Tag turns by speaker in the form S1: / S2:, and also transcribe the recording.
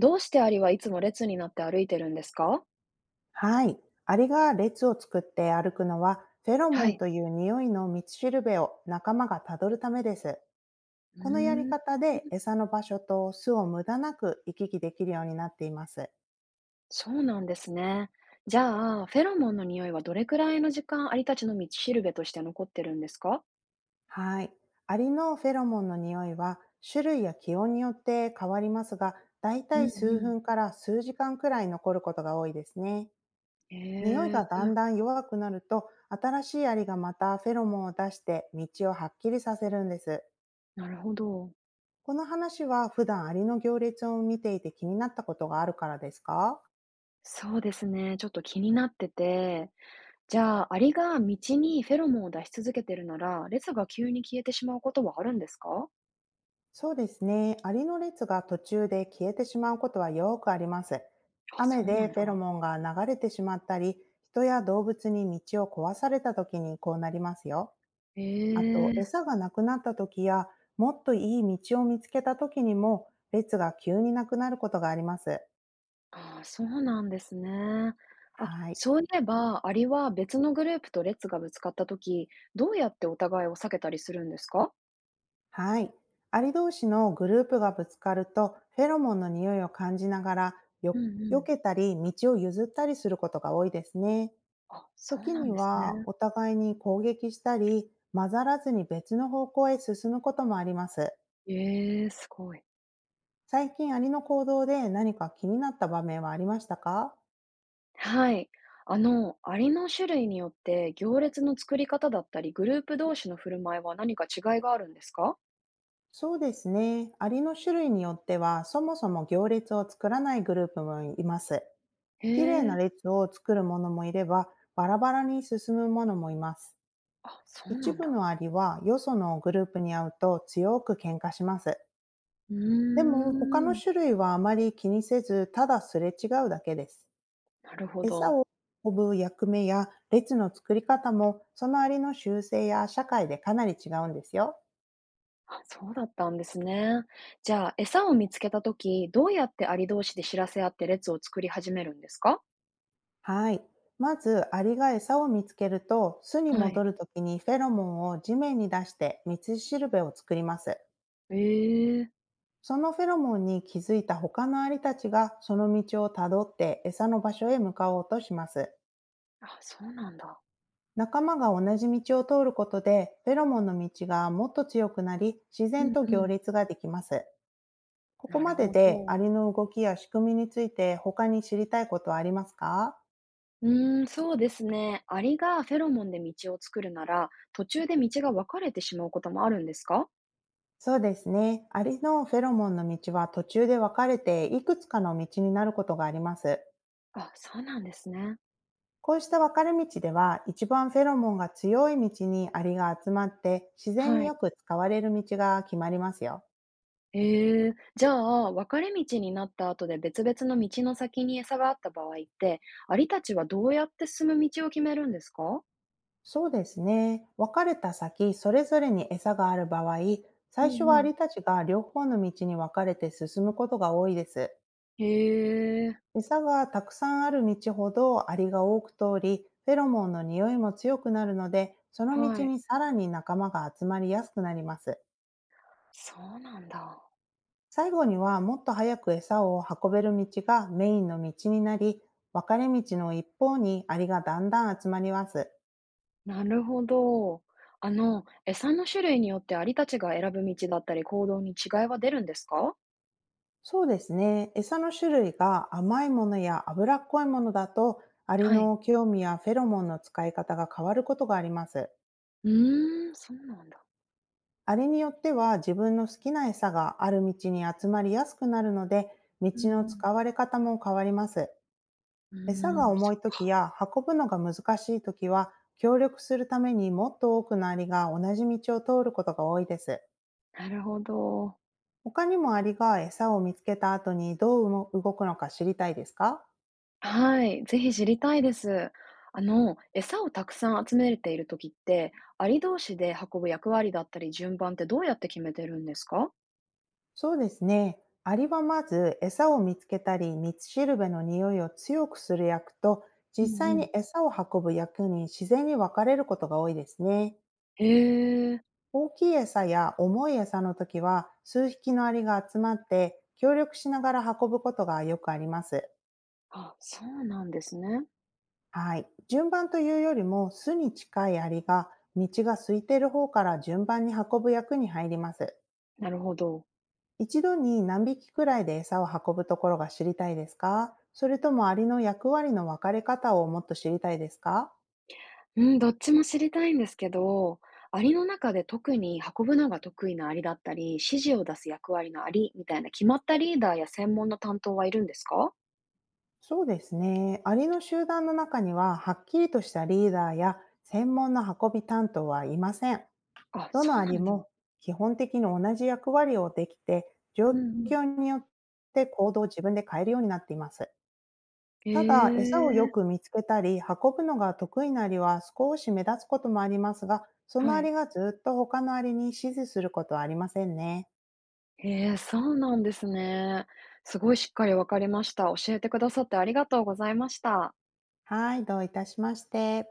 S1: どうしてアリはいつも列になって歩いてるんですか？
S2: はい。アリが列を作って歩くのは、フェロ
S1: は
S2: モン
S1: い。
S2: という匂いの道しるべを仲間がたどるためです。
S1: う
S2: このやり
S1: ーん、
S2: 方で餌の場所と巣を無駄なく行き来できるようになっています。
S1: そうなんですね。じゃあ、フェロモンの匂いはどれくらいの時間アリたちの道しるべとして残ってるんですか？
S2: はい。アリのフェロモンの匂いは、種類や気温によって変わりますが、だい
S1: う
S2: たい
S1: ん
S2: 数
S1: うん。
S2: 分から数時間くらい残ることが多いですね。
S1: へ
S2: 匂いが
S1: え、
S2: だんだん弱くなると、新しいアリがまたフェロモンを出して道をはっきりさせるんです。
S1: なるほど。
S2: この話は普段アリの行列を見ていて気になったことがあるからですか？
S1: そうですね。ちょっと気になってて。じゃあ、アリが道にフェロモンを出し続けてるなら、列が急に消えてしまうことはあるんですか？
S2: そうですね。アリの列が途中で消えてしまうことはよくあります。
S1: あ、
S2: 雨
S1: そうな
S2: で
S1: んだ。
S2: フェロモンが流れてしまったり、人や動物に道を壊された時にこうなりますよ。あ
S1: へ
S2: と、
S1: え。
S2: 餌がなくなった時や、もっといい道を見つけた時にも、列が急になくなることがあります。
S1: ああ、そうなんですね。あ、
S2: はい。
S1: そういえば、アリは別のグループと列がぶつかったとき、どうやってお互いを避けたりするんですか？
S2: はい。アリ同士のグループがぶつかると、フェロモンの匂いを感じながら、よ、
S1: うんう
S2: 避
S1: ん。
S2: けたり、道を譲ったりすることが多いですね。
S1: あ、そう
S2: 時
S1: なん
S2: に
S1: ですね。
S2: は、お互いに攻撃したり、混ざらずに別の方向へ進むこともあります。
S1: ええ、すごい。
S2: 最近、アリの行動で何か気になった場面はありましたか？
S1: はい。あの、アリの種類によって行列の作り方だったり、グループ同士の振る舞いは何か違いがあるんですか？
S2: そうですね。アリの種類によっては、そもそも行列を作らないグループもいます。
S1: へ
S2: 綺麗な
S1: え、
S2: 列を作るものもいれば、バラバラに進むものもいます。
S1: あ、そう
S2: 一
S1: なん
S2: 部
S1: だ。
S2: のアリはよそのグループに会うと強く喧嘩します。
S1: う
S2: で
S1: ー
S2: も他の
S1: ん、
S2: 種類はあまり気にせずただすれ違うだけです。
S1: なるほ
S2: 餌
S1: ど。
S2: を運ぶ役目や列の作り方もそのアリの習性や社会でかなり違うんですよ。
S1: あ、そうだったんですね。じゃあ、餌を見つけたとき、どうやってアリ同士で知らせ合って列を作り始めるんですか？
S2: はい。まずアリが餌を見つけると巣に
S1: は
S2: 戻
S1: い。
S2: るときにフェロモンを地面に出して道しるべを作ります。
S1: ええ、
S2: そのフェロモンに気づいた他のアリたちがその道をたどって餌の場所へ向かおうとします。
S1: あ、そうなんだ。
S2: 仲間が同じ道を通ることで、フェロモンの道がもっと強くなり、自
S1: う
S2: 然
S1: ん
S2: と
S1: う
S2: 行
S1: ん。
S2: 列ができます。ここ
S1: な
S2: ま
S1: る
S2: で
S1: ほ
S2: で
S1: ど。
S2: アリの動きや仕組みについて他に知りたいことはありますか？
S1: うーん、そうですね。アリがフェロモンで道を作るなら、途中で道が分かれてしまうこともあるんですか？
S2: そうですね。アリのフェロモンの道は途中で分かれていくつかの道になることがあります。
S1: あ、そうなんですね。
S2: こうした分かれ道では、一番フェロモンが強い道にアリが集まって、自然
S1: は
S2: に
S1: い。
S2: よく使われる道が決まりますよ。
S1: ええ、じゃあ、分かれ道になった後で別々の道の先に餌があった場合って、アリたちはどうやって進む道を決めるんですか？
S2: そうですね。別れた先、それぞれに餌がある場合、
S1: う
S2: 最初
S1: んう
S2: はア
S1: ん。
S2: リたちが両方の道に分かれて進むことが多いです。
S1: へえ、
S2: 餌がたくさんある道ほどアリが多く通り、フェロモンの匂いも強くなるので、その
S1: は
S2: 道
S1: い。
S2: にさらに仲間が集まりやすくなります。
S1: そうなんだ。
S2: 最後にはもっと早く餌を運べる道がメインの道になり、分かれ道の一方にアリがだんだん集まります。
S1: なるほど。あの、餌の種類によってアリたちが選ぶ道だったり行動に違いは出るんですか？
S2: そうですね。餌の種類が甘いものや脂っこいものだと、アリ
S1: はい。
S2: の興味やフェロモンの使い方が変わることがあります。
S1: うーん、そうなんだ。
S2: アリによっては自分の好きな餌がある道に集まりやすくなるので、道
S1: うんう
S2: の
S1: ん。
S2: 使われ方も変わります。
S1: う
S2: 餌
S1: ー
S2: が
S1: ん、そ
S2: 重い時や運ぶのが難しい時は、協力するためにもっと多くのアリが同じ道を通ることが多いです。
S1: なるほど。
S2: 他にもアリが餌を見つけた後にどう動くのか知りたいですか？
S1: はい、ぜひ知りたいです。あの、餌をたくさん集めれている時って、アリ同士で運ぶ役割だったり順番ってどうやって決めてるんですか？
S2: そうですね。アリはまず餌を見つけたり、道しるべの匂いを強くする役と、
S1: う
S2: 実
S1: んう
S2: 際
S1: ん。
S2: に餌を運ぶ役に自然に分かれることが多いですね。
S1: へえ、
S2: 大きい餌や重い餌の時は、数匹のアリが集まって、協力しながら運ぶことがよくあります。
S1: あ、そうなんですね。
S2: はい。順番というよりも、巣に近いアリが、道が空いている方から順番に運ぶ役に入ります。
S1: なるほど。
S2: 一度に何匹くらいで餌を運ぶところが知りたいですか？それともアリの役割の分かれ方をもっと知りたいですか？
S1: うん、どっちも知りたいんですけど、アリの中で特に運ぶのが得意なアリだったり、指示を出す役割のアリみたいな決まったリーダーや専門の担当はいるんですか？
S2: そうですね。アリの集団の中にははっきりとしたリーダーや専門の運び担当はいません。
S1: あ、
S2: ど
S1: そ
S2: の
S1: う
S2: ア
S1: な
S2: リ
S1: ん
S2: も
S1: だ。
S2: 基本的に同じ役割をできて、状
S1: うんうん。
S2: 況によって行動を自分で変えるようになっています。
S1: へ
S2: ただ、餌をよ
S1: え、
S2: く見つけたり、運ぶのが得意なアリは少し目立つこともありますが、そ
S1: は
S2: のア
S1: い。
S2: リがずっと他のアリに指示することはありませんね。
S1: へえ、そうなんですね。すごいしっかりわかりました。教えてくださってありがとうございました。
S2: はい、どういたしまして。